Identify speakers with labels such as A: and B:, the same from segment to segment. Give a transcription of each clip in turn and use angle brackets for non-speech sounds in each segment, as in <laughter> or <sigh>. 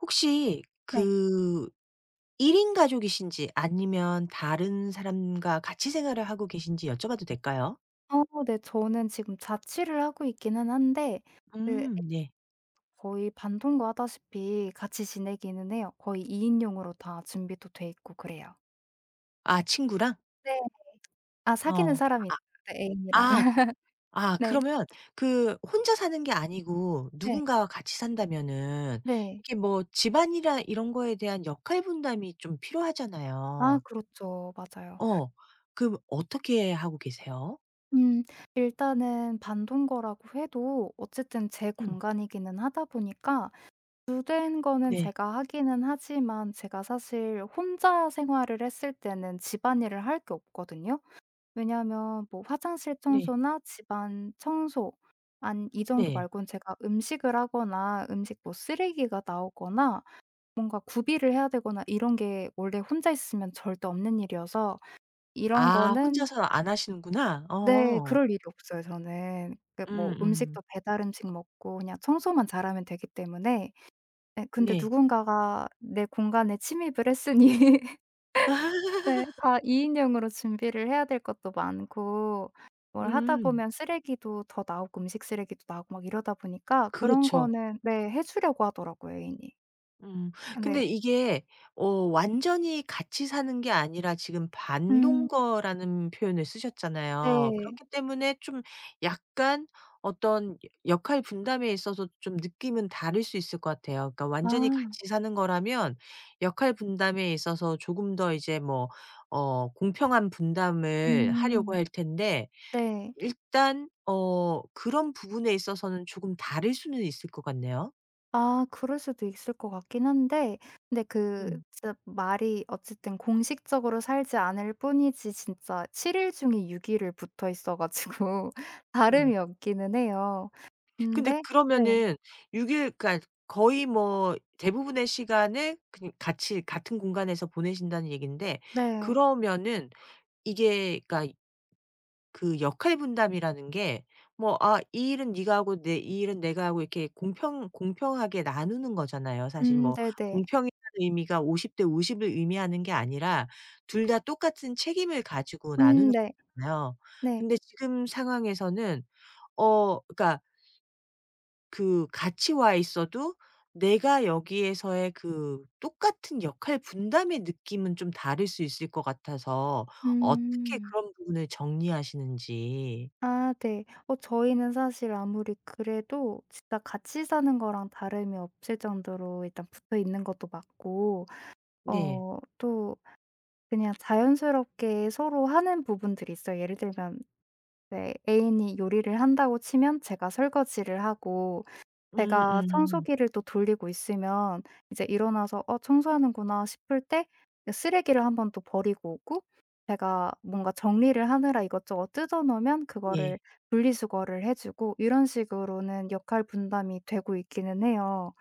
A: 혹시
B: 네.
A: 그 1인 가족이신지 아니면 다른 사람과 같이 생활을 하고 계신지 여쭤봐도 될까요?
B: 어 네. 저는 지금 자취를 하고 있기는 한데 그 네.
A: 네.
B: 거의 반동거하다시피 같이 지내기는 해요. 거의 2인용 인용으로 다 준비도 돼 있고 그래요.
A: 아 친구랑?
B: 네. 아 사귀는
A: 어.
B: 사람이 있어요. 네 애인이랑.
A: 아
B: <laughs>
A: 아
B: 네.
A: 그러면 그 혼자 사는 게 아니고
B: 네.
A: 누군가와 같이 산다면은
B: 네.
A: 이게 뭐 집안이나 이런 거에 대한 역할 분담이 좀
B: 아
A: 필요하잖아요.
B: 그렇죠. 맞아요.
A: 어. 그럼 어떻게 하고 계세요?
B: 음 일단은 반동거라고 해도 어쨌든 제
A: 음.
B: 공간이기는 하다 보니까 주된 거는
A: 네.
B: 제가 하기는 하지만 제가 사실 혼자 생활을 했을 때는 집안일을 할 게 없거든요. 왜냐하면 뭐 화장실
A: 네.
B: 청소나 집안 청소 안 이 정도
A: 네.
B: 말고는 제가 음식을 하거나 음식 뭐 쓰레기가 나오거나 뭔가 구비를 해야 되거나 이런 게 원래 혼자 있으면 절대 없는 일이어서 이런
A: 아
B: 거는
A: 혼자서 안 하시는구나.
B: 네
A: 어.
B: 그럴 일이 없어요 저는. 그 뭐
A: 음음.
B: 음식도 배달 음식 먹고 그냥 청소만 잘하면 되기 때문에 예 근데
A: 네.
B: 누군가가 내 공간에 침입을 했으니 네.
A: <laughs>
B: 다 2인용 인용으로 준비를 해야 될 것도 많고 뭘 하다
A: 음.
B: 보면 쓰레기도 더 나오고 음식 쓰레기도 나오고 막 이러다 보니까 그런
A: 그렇죠.
B: 거는 네 해 주려고 하더라고요 애인이.
A: 음. 근데
B: 네.
A: 이게 어 완전히 같이 사는 게 아니라 지금
B: 음.
A: 반동거라는 표현을 쓰셨잖아요.
B: 네.
A: 그렇기 때문에 좀 약간 어떤 역할 분담에 있어서 좀 느낌은 다를 수 있을 것 같아요. 그러니까 완전히
B: 아.
A: 같이 사는 거라면 역할 분담에 있어서 조금 더 이제 뭐 어 공평한 분담을 하려고
B: 음.
A: 할 텐데
B: 네.
A: 일단 어 그런 부분에 있어서는 조금 다를 수는 있을 것 같네요.
B: 아 그럴 수도 있을 것 같긴 한데 근데 그
A: 음.
B: 진짜 말이 어쨌든 공식적으로 살지 않을 뿐이지 진짜 7일 중에 6일 일을 붙어 있어 가지고 <laughs>
A: 음.
B: 다름이 없기는 해요.
A: 근데
B: 근데 네.
A: 그러면은 6일 그러니까 거의 뭐 대부분의 시간을 그냥 같이 같은 공간에서 보내신다는 얘긴데
B: 네.
A: 그러면은 이게 그러니까 그 역할 분담이라는 게 뭐 아 이 일은 네가 하고 내 이 일은 내가 하고 이렇게 공평 공평하게 나누는 거잖아요. 사실 뭐
B: 네네.
A: 공평이라는 의미가 50대 50을 의미하는 게 아니라 둘 다 똑같은 책임을 가지고 나누는
B: 네.
A: 거잖아요.
B: 네.
A: 근데 지금 상황에서는 어 그러니까 그 같이 와 있어도 내가 여기에서의 그 똑같은 역할 분담의 느낌은 좀 다를 수 있을 것 같아서 어떻게
B: 음.
A: 그런 부분을 정리하시는지.
B: 아 네. 저희는 사실 아무리 그래도 진짜 같이 사는 거랑 다름이 없을 정도로 일단 붙어 있는 것도 맞고 어
A: 네.
B: 또 그냥 자연스럽게 서로 하는 부분들이 있어요. 예를 들면 네 애인이 요리를 한다고 치면 제가 설거지를 하고 제가
A: 음음.
B: 청소기를 또 돌리고 있으면 이제 일어나서 '어 청소하는구나.' 싶을 때 그 쓰레기를 한번 또 버리고 오고 제가 뭔가 정리를 하느라 이것저것 뜯어 놓으면 그거를
A: 네.
B: 분리수거를 해 주고 이런 식으로는 역할 분담이 되고 있기는 해요.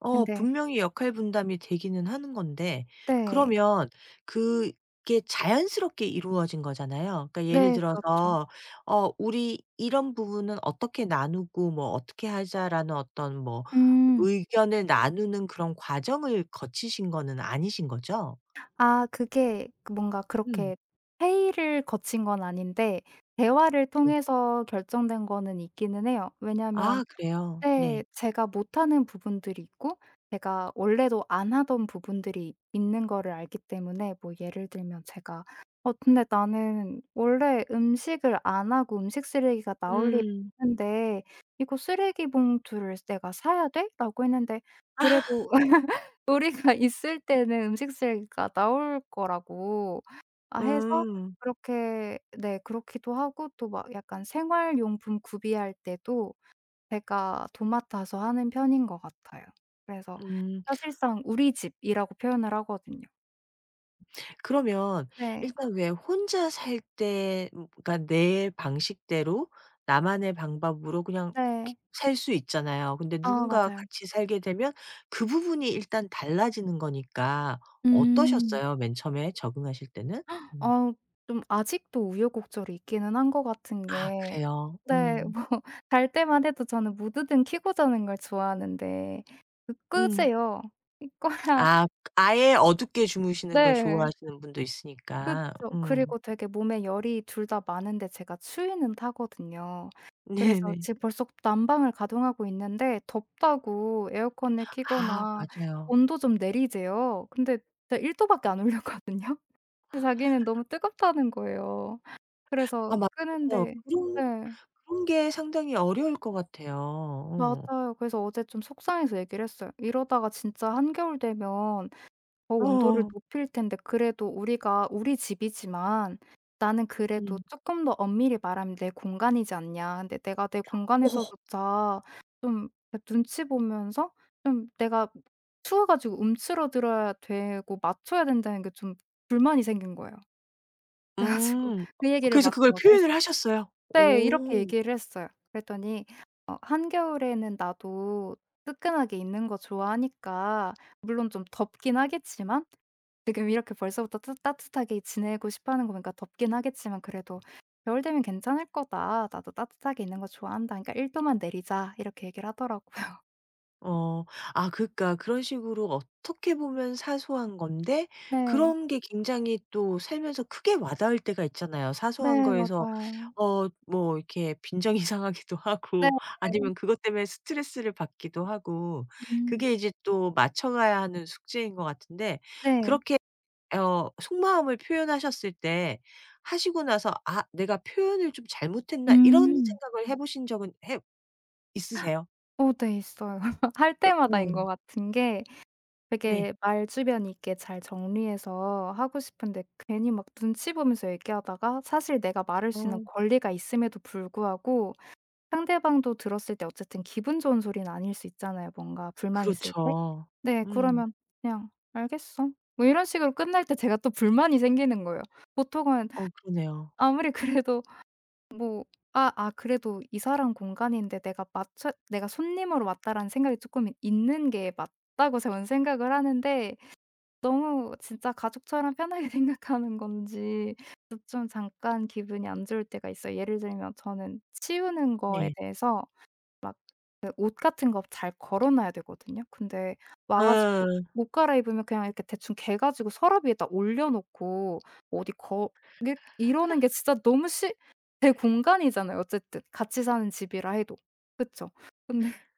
A: 어
B: 근데
A: 분명히 역할 분담이 되기는 하는 건데
B: 네.
A: 그러면 그게 자연스럽게 이루어진 거잖아요. 그러니까 예를
B: 네 그렇죠.
A: 들어서 어 "우리 이런 부분은 어떻게 나누고 뭐 어떻게 하자."라는 어떤 뭐
B: 음.
A: 의견을 나누는 그런 과정을 거치신 거는 아니신 거죠?
B: 아 그게 그 뭔가
A: 음
B: 그렇게 회의를 거친 건 아닌데 대화를
A: 네.
B: 통해서 결정된 거는 있기는 해요. 왜냐면
A: 아 그래요? 네.
B: 네. 제가 못하는 부분들이 있고 제가 원래도 안 하던 부분들이 있는 거를 알기 때문에 뭐 예를 들면 제가 '어 근데 나는 원래 음식을 안 하고 음식 쓰레기가 나올 일이
A: 음.
B: 없는데 이거 쓰레기 봉투를 내가 사야 돼?' 라고 했는데 그래도 <laughs> 우리가 있을 때는 음식 쓰레기가 나올 거라고 아 해서
A: 음.
B: 그렇게 네 그렇기도 하고 또 막 약간 생활용품 구비할 때도 제가 도맡아서 하는 편인 것 같아요. 그래서
A: 음.
B: 사실상 우리 집이라고 표현을 하거든요.
A: 그러면
B: 네.
A: 일단 왜 혼자 살 때 그러니까 내 방식대로 나만의 방법으로 그냥
B: 네.
A: 살 수 있잖아요. 근데
B: 아
A: 누군가와
B: 맞아요.
A: 같이 살게 되면 그 부분이 일단 달라지는 거니까
B: 음.
A: 어떠셨어요? 맨 처음에 적응하실 때는? 음.
B: 아 좀 아직도 우여곡절이 있기는 한 것 같은
A: 아
B: 게
A: 그래요.
B: 네
A: 음.
B: 뭐 <laughs> 잘 때만 해도 저는 무드등 켜고 자는 걸 좋아하는데
A: 음.
B: 그끄재요. 이거야
A: 아 아예 어둡게 주무시는 걸
B: 네.
A: 좋아하시는 분도 있으니까.
B: 그쵸.
A: 음.
B: 그리고 되게 몸에 열이 둘 다 많은데 제가 추위는 타거든요.
A: <laughs>
B: 그래서
A: 네네.
B: 지금 벌써 난방을 가동하고 있는데 덥다고 에어컨을
A: 아
B: 켜거나
A: 맞아요.
B: 온도 좀 내리재요. 근데 제가 1도 도밖에 안 올렸거든요. <laughs> 근데 자기는 너무 뜨겁다는 거예요. 그래서
A: 아 맞아요.
B: 끄는데
A: 그런
B: 네.
A: 그런 게 상당히 어려울 것 같아요. 어.
B: 맞아요. 그래서 어제 좀 속상해서 얘기를 했어요. "이러다가 진짜 한겨울 되면 더 온도를
A: 어어.
B: 높일 텐데 그래도 우리가 우리 집이지만 나는 그래도
A: 음.
B: 조금 더 엄밀히 말하면 내 공간이지 않냐. 근데 내가 내
A: 어.
B: 공간에서조차 좀 그 눈치 보면서 좀 내가 추워 가지고 움츠러들어야 되고 맞춰야 된다는 게 좀 불만이 생긴 거예요. 그래 가지고
A: 음.
B: 그 얘기를
A: 그래서
B: 마침
A: 그걸
B: 어제 했어요.
A: 표현을 하셨어요?
B: 네. 이렇게
A: 오.
B: 얘기를 했어요. 그랬더니 어 "한겨울에는 나도 뜨끈하게 있는 거 좋아하니까 물론 좀 덥긴 하겠지만 지금 이렇게 벌써부터 따뜻하게 지내고 싶어 하는 거 보니까 덥긴 하겠지만 그래도 겨울 되면 괜찮을 거다. 나도 따뜻하게 있는 거 좋아한다. 그러니까 1도 도만 내리자." 이렇게 얘기를 하더라고요. <laughs>
A: 어. 아 그러니까 그런 식으로 어떻게 보면 사소한 건데
B: 네.
A: 그런 게 굉장히 또 살면서 크게 와닿을 때가 있잖아요. 사소한
B: 네.
A: 거에서
B: 맞아요.
A: 어 뭐 이렇게 빈정이 <laughs> 상하기도
B: 네.
A: 하고 아니면 그것 때문에 스트레스를 받기도 하고
B: 음.
A: 그게 이제 또 맞춰 가야 하는 숙제인 것 같은데
B: 네.
A: 그렇게 어 속마음을 표현하셨을 때 하시고 나서 '아 내가 표현을 좀 잘못했나?' 이런
B: 음.
A: 생각을 해 보신 적은 해 있으세요?
B: 어 네. 있어요. <laughs> 할 때마다인
A: 어.
B: 것 같은 게
A: 네.
B: 되게 말주변 있게 잘 정리해서 하고 싶은데 괜히 막 눈치 보면서 얘기하다가 사실 내가 말할
A: 어
B: 수 있는 권리가 있음에도 불구하고 상대방도 들었을 때 어쨌든 기분 좋은 소리는 아닐 수 있잖아요, 뭔가 불만 있을 때.
A: 그렇죠.
B: 네
A: 음.
B: 그러면 그냥 "알겠어." 뭐 이런 식으로 끝날 때 제가 또 불만이 생기는 거예요. 보통은
A: 어 그러네요.
B: 아무리 그래도 뭐 '아 그래도 이 사람 공간인데 내가 맞춰 내가 손님으로 왔다.'라는 생각이 조금 있는 게 맞다고 저는 생각을 하는데 너무 진짜 가족처럼 편하게 <laughs> 생각하는 건지 그래서 좀 잠깐 기분이 안 좋을 때가 있어요. 예를 들면 저는 치우는 거에
A: 네.
B: 대해서 막 그 옷 같은 거 잘 걸어 놔야 되거든요. 근데 와 가지고
A: 어
B: 옷 갈아입으면 그냥 이렇게 대충 개 가지고 서랍 위에다 올려 놓고 어디 거 이게 이러는 게 진짜 너무 시 제 공간이잖아요 어쨌든. 같이 사는 집이라 해도. 그쵸? 근데 <laughs>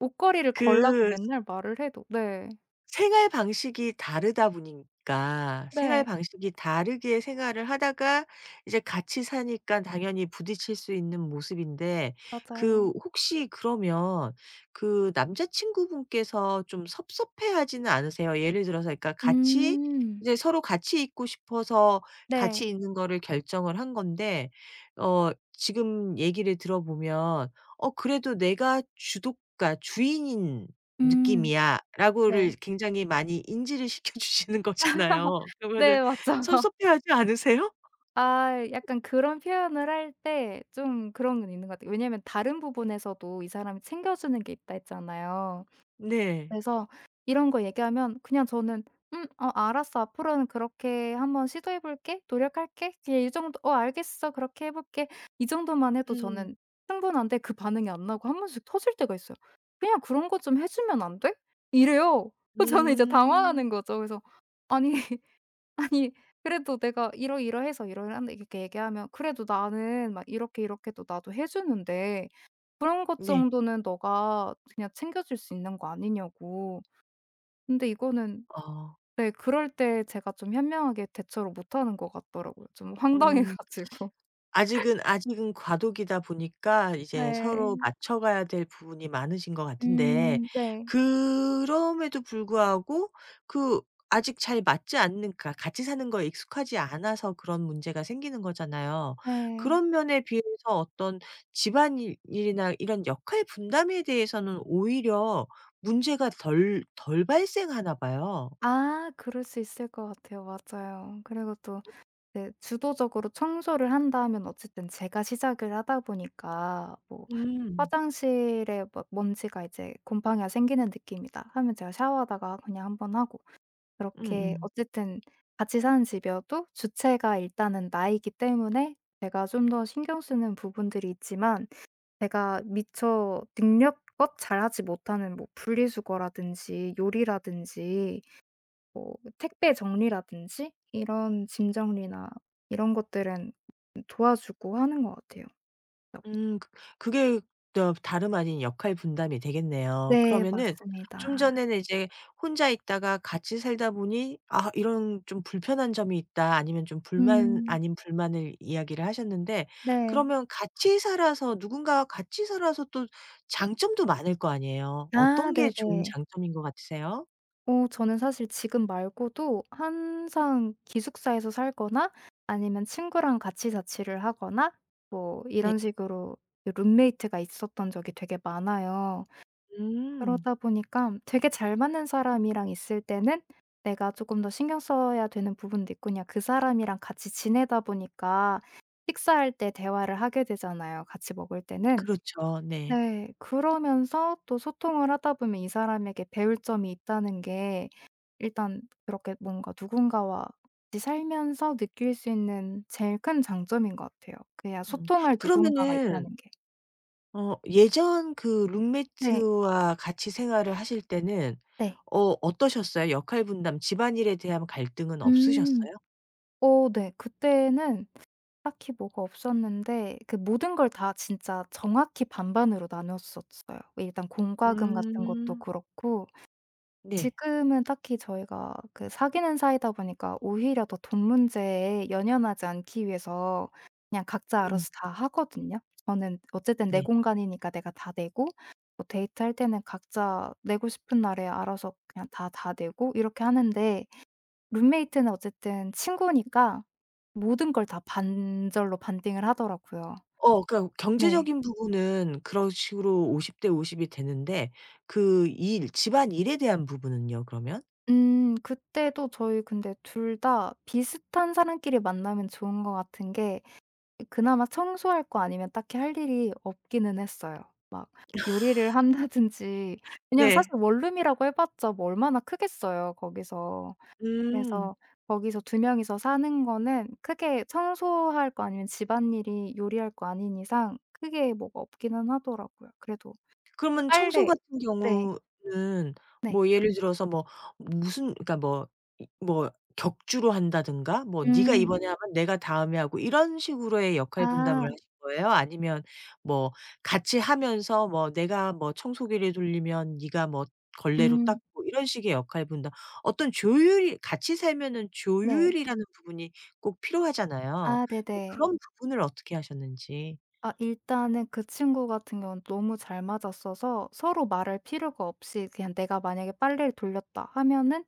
B: 옷걸이를 걸라고
A: 그
B: 맨날 말을 해도 네.
A: 생활 방식이 다르다 보니까 생활
B: 네.
A: 방식이 다르게 생활을 하다가 이제 같이 사니까 당연히 부딪힐 수 있는 모습인데 그
B: 맞아요.
A: 혹시 그러면 그 남자친구분께서 좀 섭섭해하지는 않으세요? 예를 들어서 그러니까 같이
B: 음.
A: 이제 서로 같이 있고 싶어서
B: 네.
A: 같이 있는 거를 결정을 한 건데 어 지금 얘기를 들어보면 어 그래도 내가 주도 가 주인인
B: 음. 네.
A: "느낌이야."라고를 굉장히 많이 인지를 <laughs> 시켜주시는 거잖아요. 그러면은
B: 네 맞죠. <laughs>
A: 섭섭해하지 않으세요?
B: 아 약간 그런 표현을 할 때 좀 그런 건 있는 것 같아요. 왜냐면 다른 부분에서도 이 사람이 챙겨주는 게 있다 했잖아요.
A: 네.
B: 그래서 이런 거 얘기하면 그냥 저는 어 알았어. 앞으로는 그렇게 한번 시도해 볼게. 노력할게." 그냥 이 정도 "어 알겠어. 그렇게 해 볼게." 이 정도만 해도
A: 음.
B: 저는 충분한데 그 반응이 안 나고 한 번씩 터질 때가 있어요. "그냥 그런 거 좀 해 주면 안 돼?" 이래요. <laughs> 그 저는 이제
A: 음.
B: 당황하는 거죠. 그래서 "아니, <laughs> 아니 그래도 내가 이러이러해서 이러이러한데." 이렇게 얘기하면 "그래도 나는 막 이렇게 이렇게도 나도 해 주는데 그런 것
A: 네.
B: 정도는 너가 그냥 챙겨 줄 수 있는 거 아니냐."고. 근데 이거는
A: 어.
B: 네 그럴 때 제가 좀 현명하게 대처를 못하는 것 같더라고요. 좀 황당해
A: 음.
B: 가지고.
A: 아직은 과도기다 보니까
B: <laughs>
A: 이제 서로
B: 네.
A: 맞춰가야 될 부분이 많으신 것 같은데
B: 네.
A: 그럼에도 불구하고 그 아직 잘 맞지 않는 그러니까 같이 사는 거에 익숙하지 않아서 그런 문제가 생기는 거잖아요.
B: 네.
A: 그런 면에 비해서 어떤 집안일 일이나 이런 역할 분담에 대해서는 오히려 문제가 덜 발생하나 봐요.
B: 아 그럴 수 있을 것 같아요. 맞아요. 그리고 또 네 주도적으로 청소를 한다면 어쨌든 제가 시작을 하다 보니까 뭐
A: 음.
B: 화장실에 뭐 먼지가 이제 곰팡이가 생기는 느낌이다 하면 제가 샤워하다가 그냥 한번 하고 그렇게
A: 음음.
B: 어쨌든 같이 사는 집이어도 주체가 일단은 나이기 때문에 제가 좀 더 신경 쓰는 부분들이 있지만 제가 미처 능력껏 잘하지 못하는 뭐 분리수거라든지 요리라든지 뭐 택배 정리라든지 이런 짐 정리나 이런 것들은 도와주고 하는 것 같아요.
A: 그 그게 또 다름 아닌 역할 분담이 되겠네요.
B: 네
A: 그러면은 좀
B: 맞습니다.
A: 전에는 이제 혼자 있다가 같이 살다 보니 '아 이런 좀 불편한 점이 있다.' 아니면 좀 불만
B: 음.
A: 아닌 불만을 이야기를 하셨는데
B: 네.
A: 그러면 같이 살아서 누군가와 같이 살아서 또 장점도 많을 거 아니에요.
B: 아
A: 어떤 게 좋은
B: 네네.
A: 장점인 것 같으세요?
B: 어 저는 사실 지금 말고도 항상 기숙사에서 살거나 아니면 친구랑 같이 자취를 하거나 뭐
A: 네.
B: 이런 식으로 그 룸메이트가 있었던 적이 되게 많아요.
A: 음.
B: 그러다 보니까 되게 잘 맞는 사람이랑 있을 때는 내가 조금 더 신경 써야 되는 부분도 있고 그냥 그 사람이랑 같이 지내다 보니까 식사할 때 대화를 하게 되잖아요, 같이 먹을 때는.
A: 그렇죠. 네.
B: 네. 그러면서 또 소통을 하다 보면 이 사람에게 배울 점이 있다는 게 일단 그렇게 뭔가 누군가와 같이 살면서 느낄 수 있는 제일 큰 장점인 것 같아요. 그야
A: 음.
B: 소통할 누군가가
A: 그러면은
B: 있다는 게.
A: 어 예전 그
B: 네.
A: 룸메트와 같이 생활을 하실 때는
B: 네.
A: 어 어떠셨어요? 역할 분담, 집안일에 대한 갈등은
B: 음.
A: 없으셨어요?
B: 어 네. 그때는 딱히 뭐가 없었는데 그 모든 걸 다 진짜 정확히 반반으로 나눴었어요. 일단 공과금 같은 것도
A: 음.
B: 그렇고
A: 네.
B: 지금은 딱히 저희가 그 사귀는 사이다 보니까 오히려 더 돈 문제에 연연하지 않기 위해서 그냥 각자
A: 음
B: 알아서 다 하거든요. 저는 어쨌든 내
A: 네
B: 공간이니까 내가 다 내고 뭐 데이트할 때는 각자 내고 싶은 날에 알아서 그냥 다 내고 이렇게 하는데 룸메이트는 어쨌든 친구니까 모든 걸 다 반절로 반띵을 하더라고요.
A: 어 그러니까
B: 네.
A: 경제적인 부분은 그런 식으로 50대 50이 되는데 그 일 집안일에 대한 부분은요, 그러면?
B: 그때도 저희 근데 둘 다 비슷한 사람끼리 만나면 좋은 것 같은 게 그나마 청소할 거 아니면 딱히 할 일이 없기는 했어요. 막 요리를 한다든지 왜냐면 사실
A: 네.
B: 원룸이라고 해 봤자 뭐 얼마나 크겠어요 거기서.
A: 음.
B: 그래서 거기서 두 명이서 사는 거는 크게 청소할 거 아니면 집안일이 요리할 거 아닌 이상 크게 뭐가 없기는 하더라고요. 그래도
A: 그러면 청소
B: 빨래
A: 같은
B: 네.
A: 경우는
B: 네.
A: 뭐 예를 들어서 뭐 무슨 그러니까 뭐 이 뭐 격주로 한다든가 뭐 네가
B: 음.
A: 이번에 하면 내가 다음에 하고 이런 식으로의 역할 분담을
B: 아.
A: 하신 거예요? 아니면 뭐 같이 하면서 뭐 내가 뭐 청소기를 돌리면 네가 뭐 걸레로
B: 음.
A: 닦고 이런 식의 역할 분담 어떤 조율이 같이 살면은
B: 네.
A: 조율이라는 부분이 꼭 필요하잖아요.
B: 아
A: 그래서
B: 네네.
A: 그런 부분을 어떻게 하셨는지.
B: 아 일단은 그 친구 같은 경우는 너무 잘 맞았어서 서로 말할 필요가 없이 그냥 내가 만약에 빨래를 돌렸다 하면은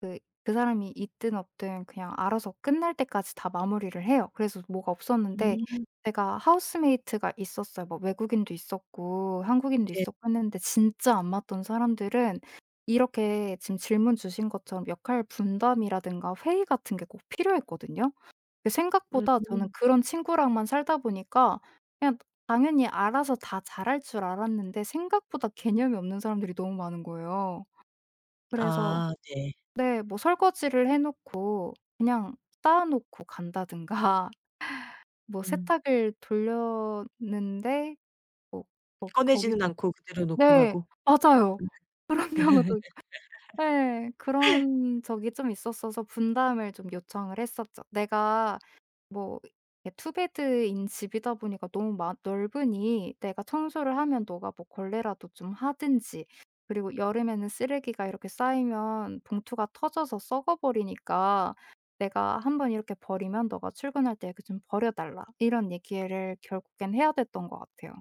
B: 그 그 사람이 있든 없든 그냥 알아서 끝날 때까지 다 마무리를 해요. 그래서 뭐가 없었는데
A: 음.
B: 제가 하우스메이트가 있었어요. 뭐 외국인도 있었고 한국인도
A: 네.
B: 있었고 했는데 진짜 안 맞던 사람들은 이렇게 지금 질문 주신 것처럼 역할 분담이라든가 회의 같은 게 꼭 필요했거든요. 그 생각보다 저는
A: 음.
B: 그런 친구랑만 살다 보니까 그냥 당연히 알아서 다 잘할 줄 알았는데 생각보다 개념이 없는 사람들이 너무 많은 거예요. 그래서
A: 아 네.
B: 네 뭐 설거지를 해 놓고 그냥 쌓아 놓고 간다든가 <laughs> 뭐
A: 음.
B: 세탁을 돌렸는데 뭐 뭐
A: 꺼내지는
B: 거기서
A: 않고 그대로 놓고
B: 네
A: 가고.
B: 맞아요. <laughs> 그런 경우도 있고 네, 그런 적이 좀 있었어서 분담을 좀 요청을 했었죠. "내가 뭐 이게 투베드인 집이다 보니까 너무 마 넓으니 내가 청소를 하면 너가 뭐 걸레라도 좀 하든지 그리고 여름에는 쓰레기가 이렇게 쌓이면 봉투가 터져서 썩어버리니까 "내가 한번 이렇게 버리면 너가 출근할 때 이렇게 좀 버려 달라." 이런 얘기를 결국엔 해야 됐던 것 같아요.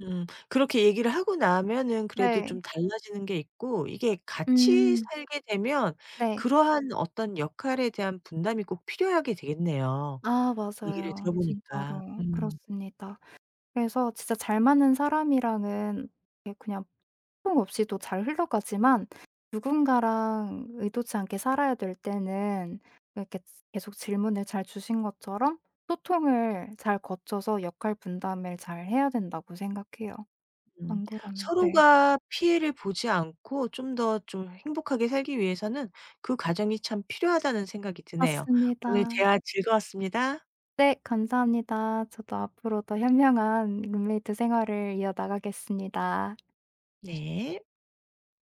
A: 음. 그렇게 얘기를 하고 나면은 그래도
B: 네.
A: 좀 달라지는 게 있고 이게 같이
B: 음.
A: 살게 되면
B: 네.
A: 그러한 어떤 역할에 대한 분담이 꼭 필요하게 되겠네요,
B: 아
A: 얘기를
B: 맞아요.
A: 들어보니까.
B: 진짜로.
A: 음.
B: 그렇습니다. 그래서 진짜 잘 맞는 사람이랑은 이렇게 그냥 소통 없이도 잘 흘러가지만 누군가랑 의도치 않게 살아야 될 때는 이렇게 계속 질문을 잘 주신 것처럼 소통을 잘 거쳐서 역할 분담을 잘 해야 된다고 생각해요.
A: 음.
B: 안 그러면 네.
A: 서로가 피해를 보지 않고 좀 더 좀 행복하게 살기 위해서는 그 과정이 참 필요하다는 생각이 드네요. 오늘
B: 맞습니다.
A: 대화 즐거웠습니다.
B: 네 감사합니다. 저도 앞으로 더 현명한 룸메이트 생활을 이어나가겠습니다.
A: 네.